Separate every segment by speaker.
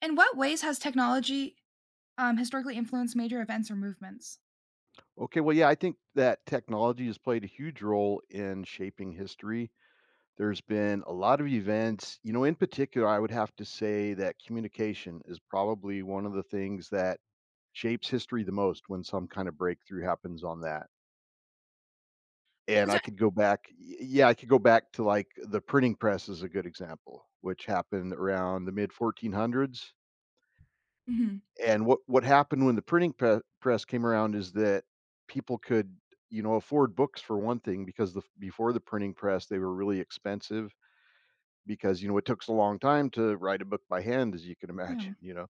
Speaker 1: In what ways has technology, historically influenced major events or movements?
Speaker 2: Okay, well, yeah, I think that technology has played a huge role in shaping history. There's been a lot of events, you know, in particular, I would have to say that communication is probably one of the things that shapes history the most when some kind of breakthrough happens on that. And
Speaker 1: Is
Speaker 2: I
Speaker 1: there
Speaker 2: could go back, I could go back to like the printing press is a good example, which happened around the mid 1400s.
Speaker 1: Mhm,
Speaker 2: And what happened when the printing press came around is that people could, you know, afford books for one thing because the before the printing press, they were really expensive because, you know, it took a long time to write a book by hand as you can
Speaker 1: yeah.
Speaker 2: imagine, you know?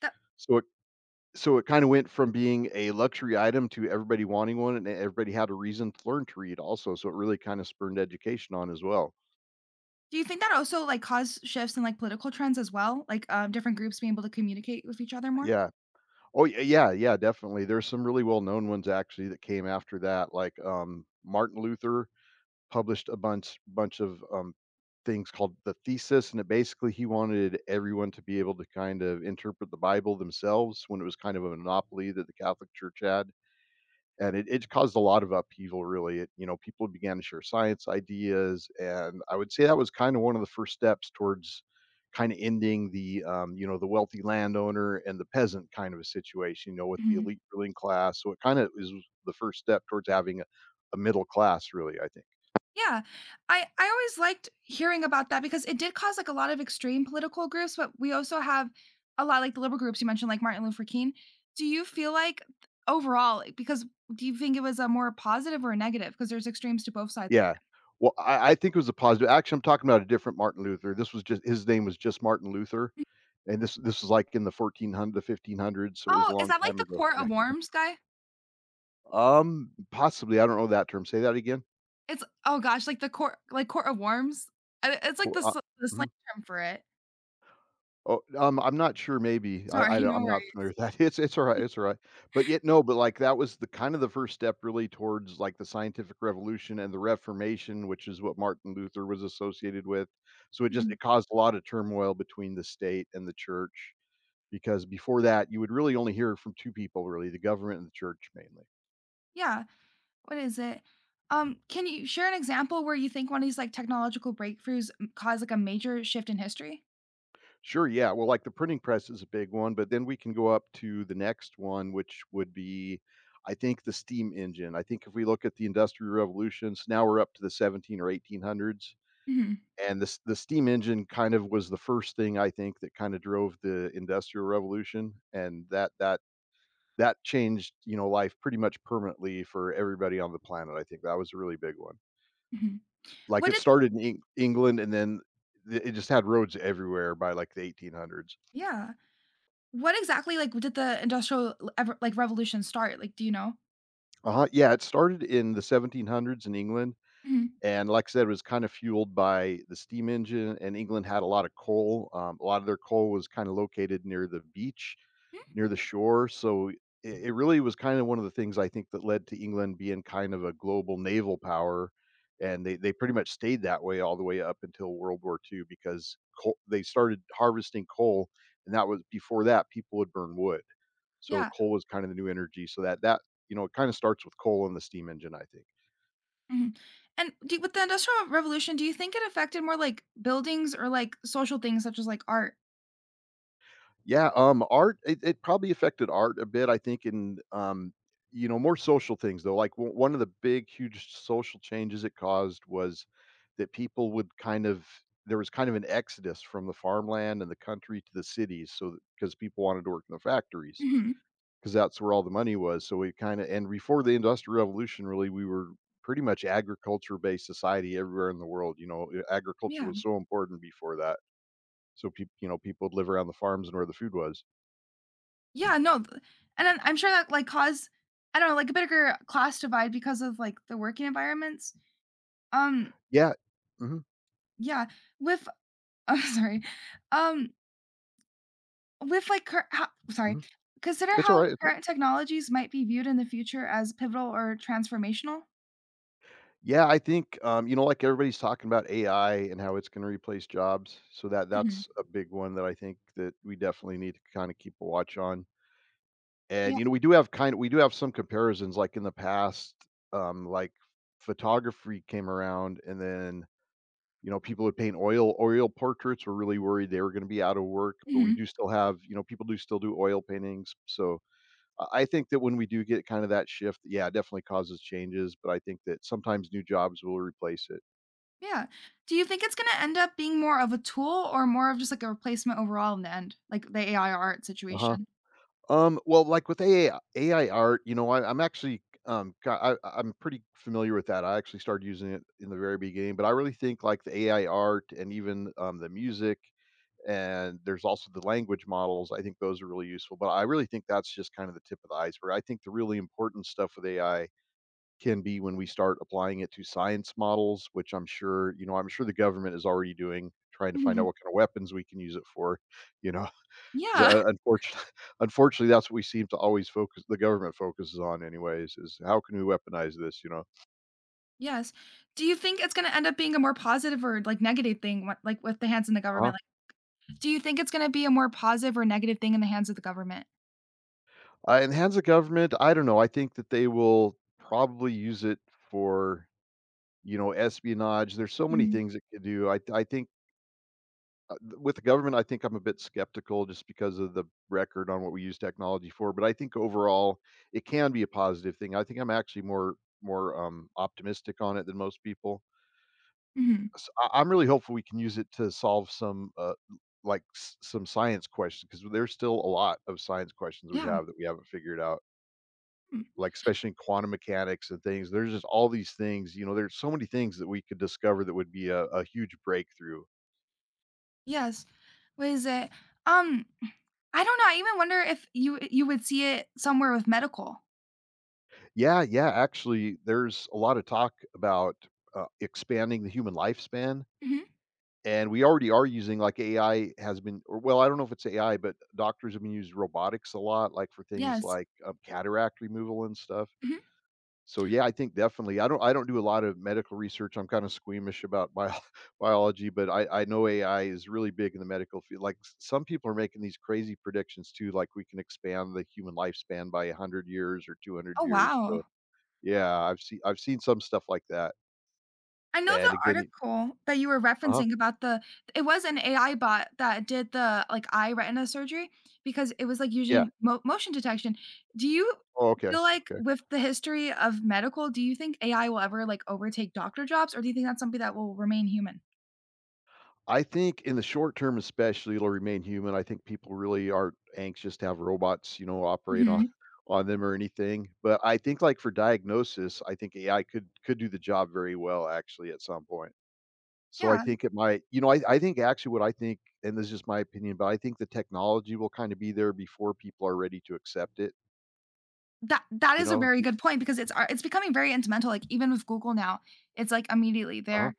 Speaker 1: That
Speaker 2: So it so it kinda went from being a luxury item to everybody wanting one, and everybody had a reason to learn to read also, so it really kinda spurned education on as well.
Speaker 1: do you think that also, like, caused shifts in, like, political trends as well? Like, different groups being able to communicate with each other more?
Speaker 2: Yeah. Oh, y yeah, yeah, definitely. There's some really well-known ones actually that came after that, like, Martin Luther published a bunch of, things called the thesis, and it basically he wanted everyone to be able to kind of interpret the Bible themselves when it was kind of a monopoly that the Catholic Church had, and it caused a lot of upheaval, really. It you know, people began to share science ideas, and I would say that was kinda one of the first steps towards kinda ending the, you know, the wealthy landowner and the peasant kind of a situation, you know, with the
Speaker 1: Mhm.
Speaker 2: elite ruling class, so it kinda is the first step towards having a middle class, really, I think.
Speaker 1: Yeah. I always liked hearing about that because it did cause, like, a lot of extreme political groups, but we also have a lot like the liberal groups you mentioned, like Martin Luther King. Do you feel like overall, like because do you think it was a more positive or a negative? Because there's extremes to both sides.
Speaker 2: Yeah. Well, I think it was a positive actually. I'm talking about a different Martin Luther. This was just his name was just Martin Luther, and this was like, in the 1400 the 1500s, so it was a
Speaker 1: Oh, is
Speaker 2: long
Speaker 1: that like
Speaker 2: time
Speaker 1: the
Speaker 2: ago.
Speaker 1: Court
Speaker 2: Yeah.
Speaker 1: of Worms guy?
Speaker 2: Possibly, I don't know that term. Say that again?
Speaker 1: It's oh gosh, like the court like Court of Worms? I it's
Speaker 2: Co
Speaker 1: like the sl the slang
Speaker 2: mhm.
Speaker 1: term for it.
Speaker 2: Oh, I'm not sure, maybe. I
Speaker 1: Sorry,
Speaker 2: don't
Speaker 1: no
Speaker 2: I'm not familiar
Speaker 1: worries.
Speaker 2: with that. It's alright, it's alright. But yet no, but, like, that was the kind of the first step really towards, like, the scientific revolution and the Reformation, which is what Martin Luther was associated with. So it just
Speaker 1: Mhm.
Speaker 2: it caused a lot of turmoil between the state and the church, because before that, you would really only hear from two people really, the government and the church mainly.
Speaker 1: Yeah, what is it? Can you share an example where you think one of these, like, technological breakthroughs m caused, like, a major shift in history?
Speaker 2: Sure, yeah. Well, like the printing press is a big one, but then we can go up to the next one, which would be, I think, the steam engine. I think if we look at the industrial revolutions, now we're up to the 17 or 1800s.
Speaker 1: Mhm,
Speaker 2: And this the steam engine kind of was the first thing I think that kind of drove the industrial revolution. And that that changed, you know, life pretty much permanently for everybody on the planet. I think that was a really big one.
Speaker 1: mhm.
Speaker 2: Like,
Speaker 1: What
Speaker 2: it
Speaker 1: did
Speaker 2: started in England, and then th it just had roads everywhere by, like, the 1800s.
Speaker 1: yeah. What exactly, like, did the industrial l ever like, revolution start? Like, do you know?
Speaker 2: Uh-huh, yeah, it started in the 1700s in England,
Speaker 1: Mhm.
Speaker 2: and like I said, it was kinda fueled by the steam engine, and England had a lot of coal, a lot of their coal was kinda located near the beach, near the shore, so it really was kinda one of the things I think that led to England being kind of a global naval power, and they pretty much stayed that way all the way up until World War II because coal they started harvesting coal, and that was before that, people would burn wood, so
Speaker 1: Yeah,
Speaker 2: coal was kind of the new energy, so that you know, it kinda starts with coal and the steam engine, I think.
Speaker 1: mhm. And do with the industrial revolution, do you think it affected more, like, buildings or, like, social things such as, like, art?
Speaker 2: Yeah, art it it probably affected art a bit, I think, in, you know, more social things, though, like, one of the big, huge social changes it caused was that people would kind of there was kind of an exodus from the farmland and the country to the cities, so because people wanted to work in the factories,
Speaker 1: Mhm.
Speaker 2: because that's where all the money was, so we kinda and before the Industrial Revolution, really, we were pretty much agriculture-based society everywhere in the world, you know, eh, agriculture
Speaker 1: Yeah.
Speaker 2: was so important before that, so people, you know, people would live around the farms and where the food was.
Speaker 1: Yeah, no, th and then I'm sure that, like, caused, I don't know, like, a bigger class divide because of, like, the working environments. Um,
Speaker 2: Yeah. Mhm,
Speaker 1: yeah, with I'm sorry, um, with, like, cur ho sorry.
Speaker 2: mhm.
Speaker 1: Consider
Speaker 2: It's
Speaker 1: how
Speaker 2: alright, it's a
Speaker 1: current technologies might be viewed in the future as pivotal or transformational.
Speaker 2: Yeah, I think, you know, like, everybody's talking about AI and how it's gonna replace jobs, so that
Speaker 1: Mhm.
Speaker 2: that's a big one that I think that we definitely need to kinda keep a watch on, and,
Speaker 1: Yeah.
Speaker 2: you know, we do have kind of we do have some comparisons, like, in the past, like, photography came around, and then, you know, people would paint oil portraits were really worried they were gonna be out of work, but we
Speaker 1: Mhm.
Speaker 2: do still have you know, people do still do oil paintings, so I think that when we do get kind of that shift, yeah, it definitely causes changes, but I think that sometimes new jobs will replace it.
Speaker 1: Yeah. Do you think it's gonna end up being more of a tool or more of just, like, a replacement overall in the end? Like, the AI art
Speaker 2: Uh-huh.
Speaker 1: situation.
Speaker 2: Well, like with AI, AI art, you know, I, I'm actually ki- I- I'm pretty familiar with that. I actually started using it in the very beginning, but I really think like the AI art and even the music and there's also the language models. I think those are really useful, but I really think that's just kind of the tip of the iceberg. I think the really important stuff with AI can be when we start applying it to science models, which I'm sure, you know, I'm sure the government is already doing, trying to find out
Speaker 1: Mhm.
Speaker 2: what kind of weapons we can use it for, you know. 'Cause,
Speaker 1: Yeah.
Speaker 2: unfortunately, unfortunately, that's what we seem to always focus the government focuses on anyways, is how can we weaponize this, you know?
Speaker 1: Yes. Do you think it's gonna end up being a more positive or, like, negative thing what like, with the hands in the
Speaker 2: Uh-huh.
Speaker 1: government? Like, do you think it's gonna be a more positive or negative thing in the hands of the government?
Speaker 2: In hands of government, I don't know. I think that they will probably use it for, you know, espionage. There's so many
Speaker 1: Mhm.
Speaker 2: things it could do. I think with the government, I think I'm a bit skeptical just because of the record on what we use technology for. But I think overall, it can be a positive thing. I think I'm actually more optimistic on it than most people.
Speaker 1: Mhm.
Speaker 2: I'm really hopeful we can use it to solve some like some science questions because there's still a lot of science questions we
Speaker 1: Yeah.
Speaker 2: have that we haven't figured out.
Speaker 1: Hmm.
Speaker 2: Like especially in quantum mechanics and things, there's just all these things. You know, there's so many things that we could discover that would be a huge breakthrough.
Speaker 1: Yes. What is it? Um, I don't know, I even wonder if you would see it somewhere with medical.
Speaker 2: Yeah, yeah, actually, there's a lot of talk about, expanding the human lifespan,
Speaker 1: Mhm.
Speaker 2: and we already are using, like, AI has been or well, I don't know if it's AI, but doctors have been using robotics a lot, like, for things
Speaker 1: Yes.
Speaker 2: like, cataract removal and stuff.
Speaker 1: Mhm.
Speaker 2: So, yeah, I think definitely I don't do a lot of medical research, I'm kinda squeamish about bio biology, but I know AI is really big in the medical field, like, s some people are making these crazy predictions too, like, we can expand the human lifespan by 100 years or 200
Speaker 1: Oh,
Speaker 2: years, so
Speaker 1: wow.
Speaker 2: yeah, I've seen some stuff like that,
Speaker 1: I know
Speaker 2: and
Speaker 1: the
Speaker 2: again you
Speaker 1: article that you were
Speaker 2: Uh-huh.
Speaker 1: referencing about the it was an AI bot that did the, like, eye retina surgery because it was, like,
Speaker 2: Yeah.
Speaker 1: using mo motion detection. Do you
Speaker 2: Oh, okay,
Speaker 1: feel like
Speaker 2: okay.
Speaker 1: with the history of medical, do you think AI will ever, like, overtake doctor jobs, or do you think that's something that will remain human?
Speaker 2: I think in the short term especially, it'll remain human. I think people really aren't anxious to have robots, you know, operate on
Speaker 1: Mhm.
Speaker 2: on them or anything, but I think, like, for diagnosis, I think AI could do the job very well actually at some point. So I
Speaker 1: Yeah.
Speaker 2: think it might you know, I think actually what I think, and this is just my opinion, but I think the technology will kinda be there before people are ready to accept it,
Speaker 1: That
Speaker 2: you
Speaker 1: is a
Speaker 2: know?
Speaker 1: very good point because it's ar it's becoming very instrumental, like, even with Google now, it's, like, immediately
Speaker 2: Uh-huh.
Speaker 1: there.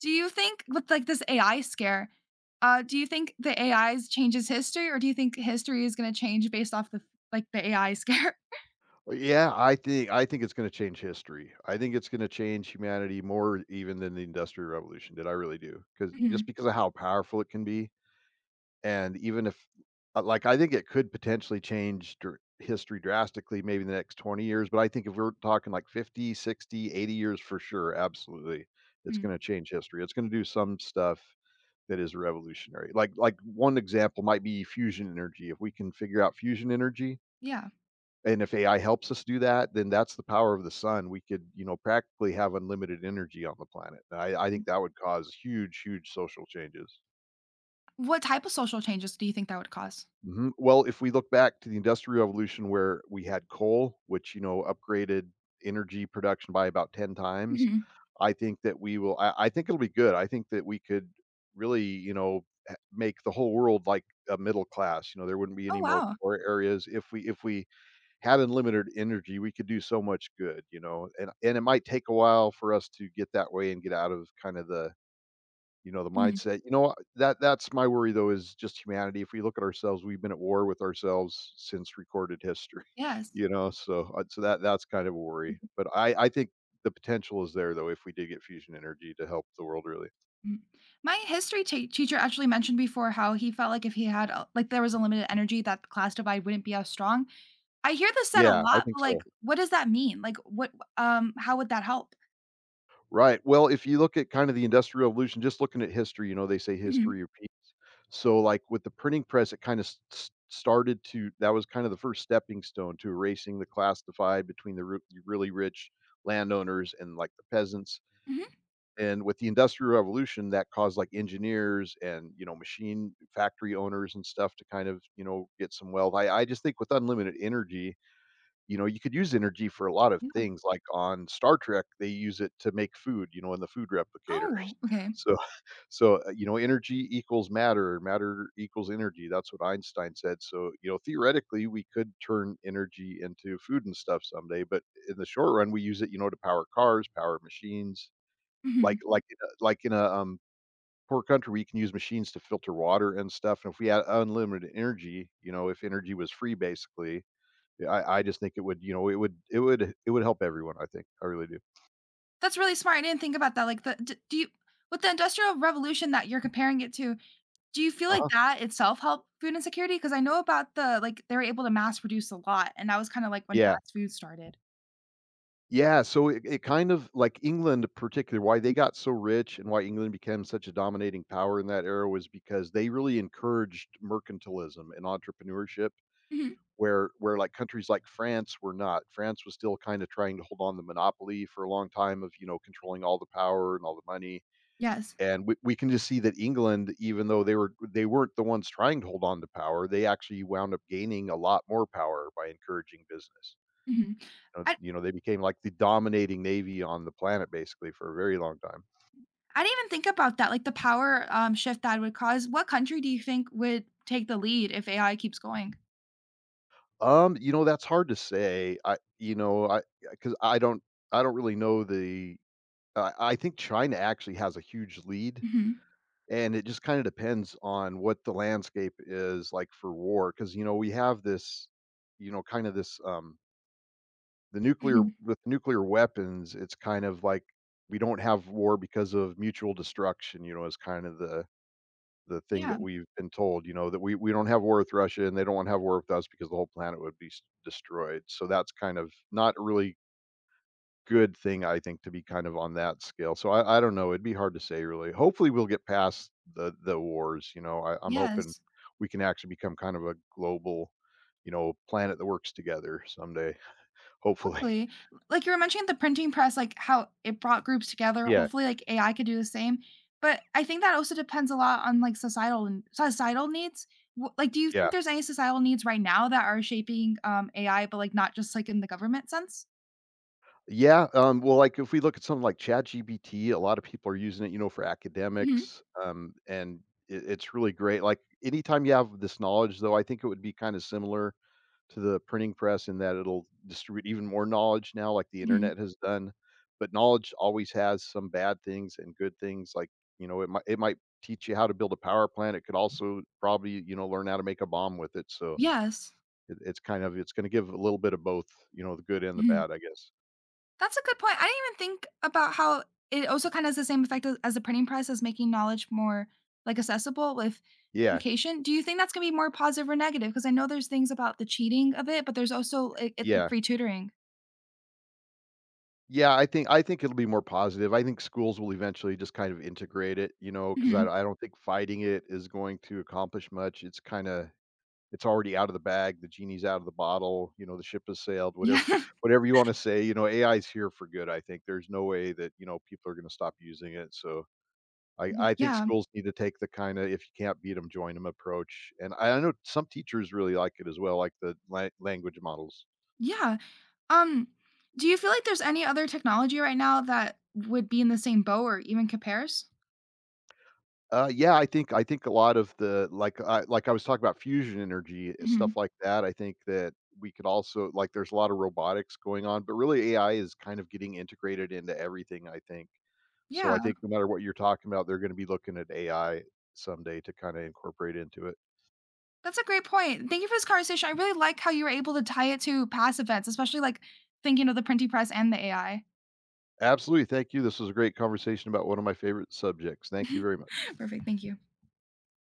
Speaker 1: Do you think with like this AI scare, do you think the AIs changes history, or do you think history is going to change based off the like the AI scare?
Speaker 2: Yeah, I think it's gonna change history. I think it's gonna change humanity more even than the Industrial Revolution did, I really do, because just
Speaker 1: Mhm,
Speaker 2: because of how powerful it can be, and even if like, I think it could potentially change dr history drastically maybe in the next 20 years, but I think if we're talking, like, 50, 60, 80 years for sure, absolutely, it's
Speaker 1: mhm.
Speaker 2: gonna change history. It's gonna do some stuff that is revolutionary. Like, one example might be fusion energy. If we can figure out fusion energy
Speaker 1: Yeah.
Speaker 2: and if AI helps us do that, then that's the power of the sun. We could, practically have unlimited energy on the planet. And I think
Speaker 1: Mm.
Speaker 2: that would cause huge, huge social changes.
Speaker 1: What type of social changes do you think that would cause?
Speaker 2: Mhm. Well, if we look back to the Industrial Revolution, where we had coal, which upgraded energy production by about 10 times.
Speaker 1: Mhm.
Speaker 2: I think that we will. I think it'll be good. I think that we could really, make the whole world like a middle class. There wouldn't be
Speaker 1: Oh,
Speaker 2: any more
Speaker 1: wow.
Speaker 2: poor areas if we had unlimited energy. We could do so much good, and it might take a while for us to get that way and get out of kind of the
Speaker 1: Mhm.
Speaker 2: mindset. You know that that's my worry though, is just humanity. If we look at ourselves, we've been at war with ourselves since recorded history.
Speaker 1: Yes.
Speaker 2: So that's kind of a worry.
Speaker 1: Mhm,
Speaker 2: But I think the potential is there though, if we did get fusion energy to help the world really.
Speaker 1: mhm. My history teacher actually mentioned before how he felt like if he had a like there was a limited energy that the class divide wouldn't be as strong. I hear this said a
Speaker 2: Yeah, I
Speaker 1: lot,
Speaker 2: think
Speaker 1: but like,
Speaker 2: so.
Speaker 1: what does that mean? Like, what how would that help?
Speaker 2: Right. Well, if you look at kind of the Industrial Revolution, just looking at history, they say
Speaker 1: Mhm,
Speaker 2: history repeats. So, like with the printing press, it kind of s- started to that was kind of the first stepping stone to erasing the class divide between the really rich landowners and like the peasants.
Speaker 1: mhm.
Speaker 2: And with the Industrial Revolution, that caused like engineers and machine factory owners and stuff to kind of get some wealth. I just think with unlimited energy, you could use energy for a lot of
Speaker 1: Yeah.
Speaker 2: things, like on Star Trek, they use it to make food, in the food replicator.
Speaker 1: Oh, okay.
Speaker 2: So so, energy equals matter, matter equals energy, that's what Einstein said. So, theoretically, we could turn energy into food and stuff someday. But in the short run, we use it, to power cars, power machines, like
Speaker 1: Mhm.
Speaker 2: like in a like in a, um, poor country, we can use machines to filter water and stuff. And if we had unlimited energy, if energy was free, basically, yeah, I just think it would, help everyone, I think. I really do.
Speaker 1: That's really smart. I didn't think about that. Like, the d do you with the Industrial Revolution that you're comparing it to, do you feel like
Speaker 2: Uh-huh.
Speaker 1: that itself helped food insecurity? Because I know about the like, they were able to mass produce a lot, and that was kinda like when
Speaker 2: Yeah.
Speaker 1: fast food started.
Speaker 2: Yeah, so it kind of, like, England particularly, why they
Speaker 1: Mm,
Speaker 2: got so rich and why England became such a dominating power in that era, was because they really encouraged mercantilism and entrepreneurship,
Speaker 1: mhm.
Speaker 2: where like countries like France were not. France was still kinda trying to hold on the monopoly for a long time of, controlling all the power and all the money.
Speaker 1: Yes.
Speaker 2: And we can just see that England, even though they weren't the ones trying to hold on to power, they actually wound up gaining a lot more power by encouraging business.
Speaker 1: Mhm.
Speaker 2: Uh,
Speaker 1: I
Speaker 2: You know, they became like the dominating navy on the planet basically for a very long time.
Speaker 1: I didn't even think about that, like, the power, shift that would cause. What country do you think would take the lead if AI keeps going?
Speaker 2: That's hard to say. I because I don't really know the. I think China actually has a huge lead.
Speaker 1: Mhm.
Speaker 2: And it just kind of depends on what the landscape is like for war, because we have this, kind of this the nuclear
Speaker 1: Mhm.
Speaker 2: with nuclear weapons. It's kind of like we don't have war because of mutual destruction, is kind of the thing
Speaker 1: Yeah.
Speaker 2: that we've been told, that we don't have war with Russia and they don't want to have war with us because the whole planet would be destroyed. So that's kind of not a really good thing, I think, to be kind of on that scale. So I don't know. It'd be hard to say really. Hopefully we'll get past the wars. I'm hoping
Speaker 1: Yes.
Speaker 2: we can actually become kind of a global, planet that works together someday. Hopefully.
Speaker 1: Lee like, you were mentioning the printing press, like, how it brought groups together,
Speaker 2: Yeah.
Speaker 1: hopefully, like, AI could do the same, but I think that also depends a lot on, like, societal and societal needs. W like, do you
Speaker 2: Yeah.
Speaker 1: think there's any societal needs right now that are shaping, AI, but, like, not just, like, in the government sense?
Speaker 2: Yeah, well, like, if we look at something like ChatGPT, a lot of people are using it, for
Speaker 1: Mhm,
Speaker 2: academics, and it's really great. Like, anytime you have this knowledge, though, I think it would be kind of similar to the printing press, in that it'll distribute even more knowledge now, like the
Speaker 1: mhm.
Speaker 2: internet has done. But knowledge always has some bad things and good things. Like, it might teach you how to build a power plant. It could also probably, learn how to make a bomb with it. So
Speaker 1: Yes.
Speaker 2: it's kind of, it's going to give a little bit of both, the good and the
Speaker 1: Mhm.
Speaker 2: bad, I guess.
Speaker 1: That's a good point. I didn't even think about how it also kinda has the same effect a as the printing press as making knowledge more, like, accessible with
Speaker 2: Yeah,
Speaker 1: education. Do you think that's gonna be more positive or negative? Because I know there's things about the cheating of it, but there's also it it's like
Speaker 2: yeah.
Speaker 1: free tutoring.
Speaker 2: Yeah, I think it'll be more positive. I think schools will eventually just kind of integrate it, because I,
Speaker 1: Mhm.
Speaker 2: I don't think fighting it is going to accomplish much. It's kind of, it's already out of the bag. The genie's out of the bottle. The ship has sailed. Whatever,
Speaker 1: Yeah.
Speaker 2: whatever you want to say. AI is here for good. I think there's no way that people are going to stop using it. So I, I think
Speaker 1: yeah.
Speaker 2: schools need to take the kind of, if you can't beat them, join them, approach. And I know some teachers really like it as well, like the language models.
Speaker 1: Yeah. Um, do you feel like there's any other technology right now that would be in the same boat or even compares?
Speaker 2: Yeah, I think a lot of the like I was talking about fusion energy, stuff
Speaker 1: Mhm.
Speaker 2: like that. I think that we could also, like, there's a lot of robotics going on, but really AI is kind of getting integrated into everything, I think. So I
Speaker 1: Yeah.
Speaker 2: think no matter what you're talking about, they're going to be looking at AI someday to kind of incorporate into it.
Speaker 1: That's a great point. Thank you for this conversation. I really like how you were able to tie it to past events, especially like thinking of the printing press and the AI.
Speaker 2: Absolutely. Thank you. This was a great conversation about one of my favorite subjects. Thank you very much.
Speaker 1: Perfect. Thank you.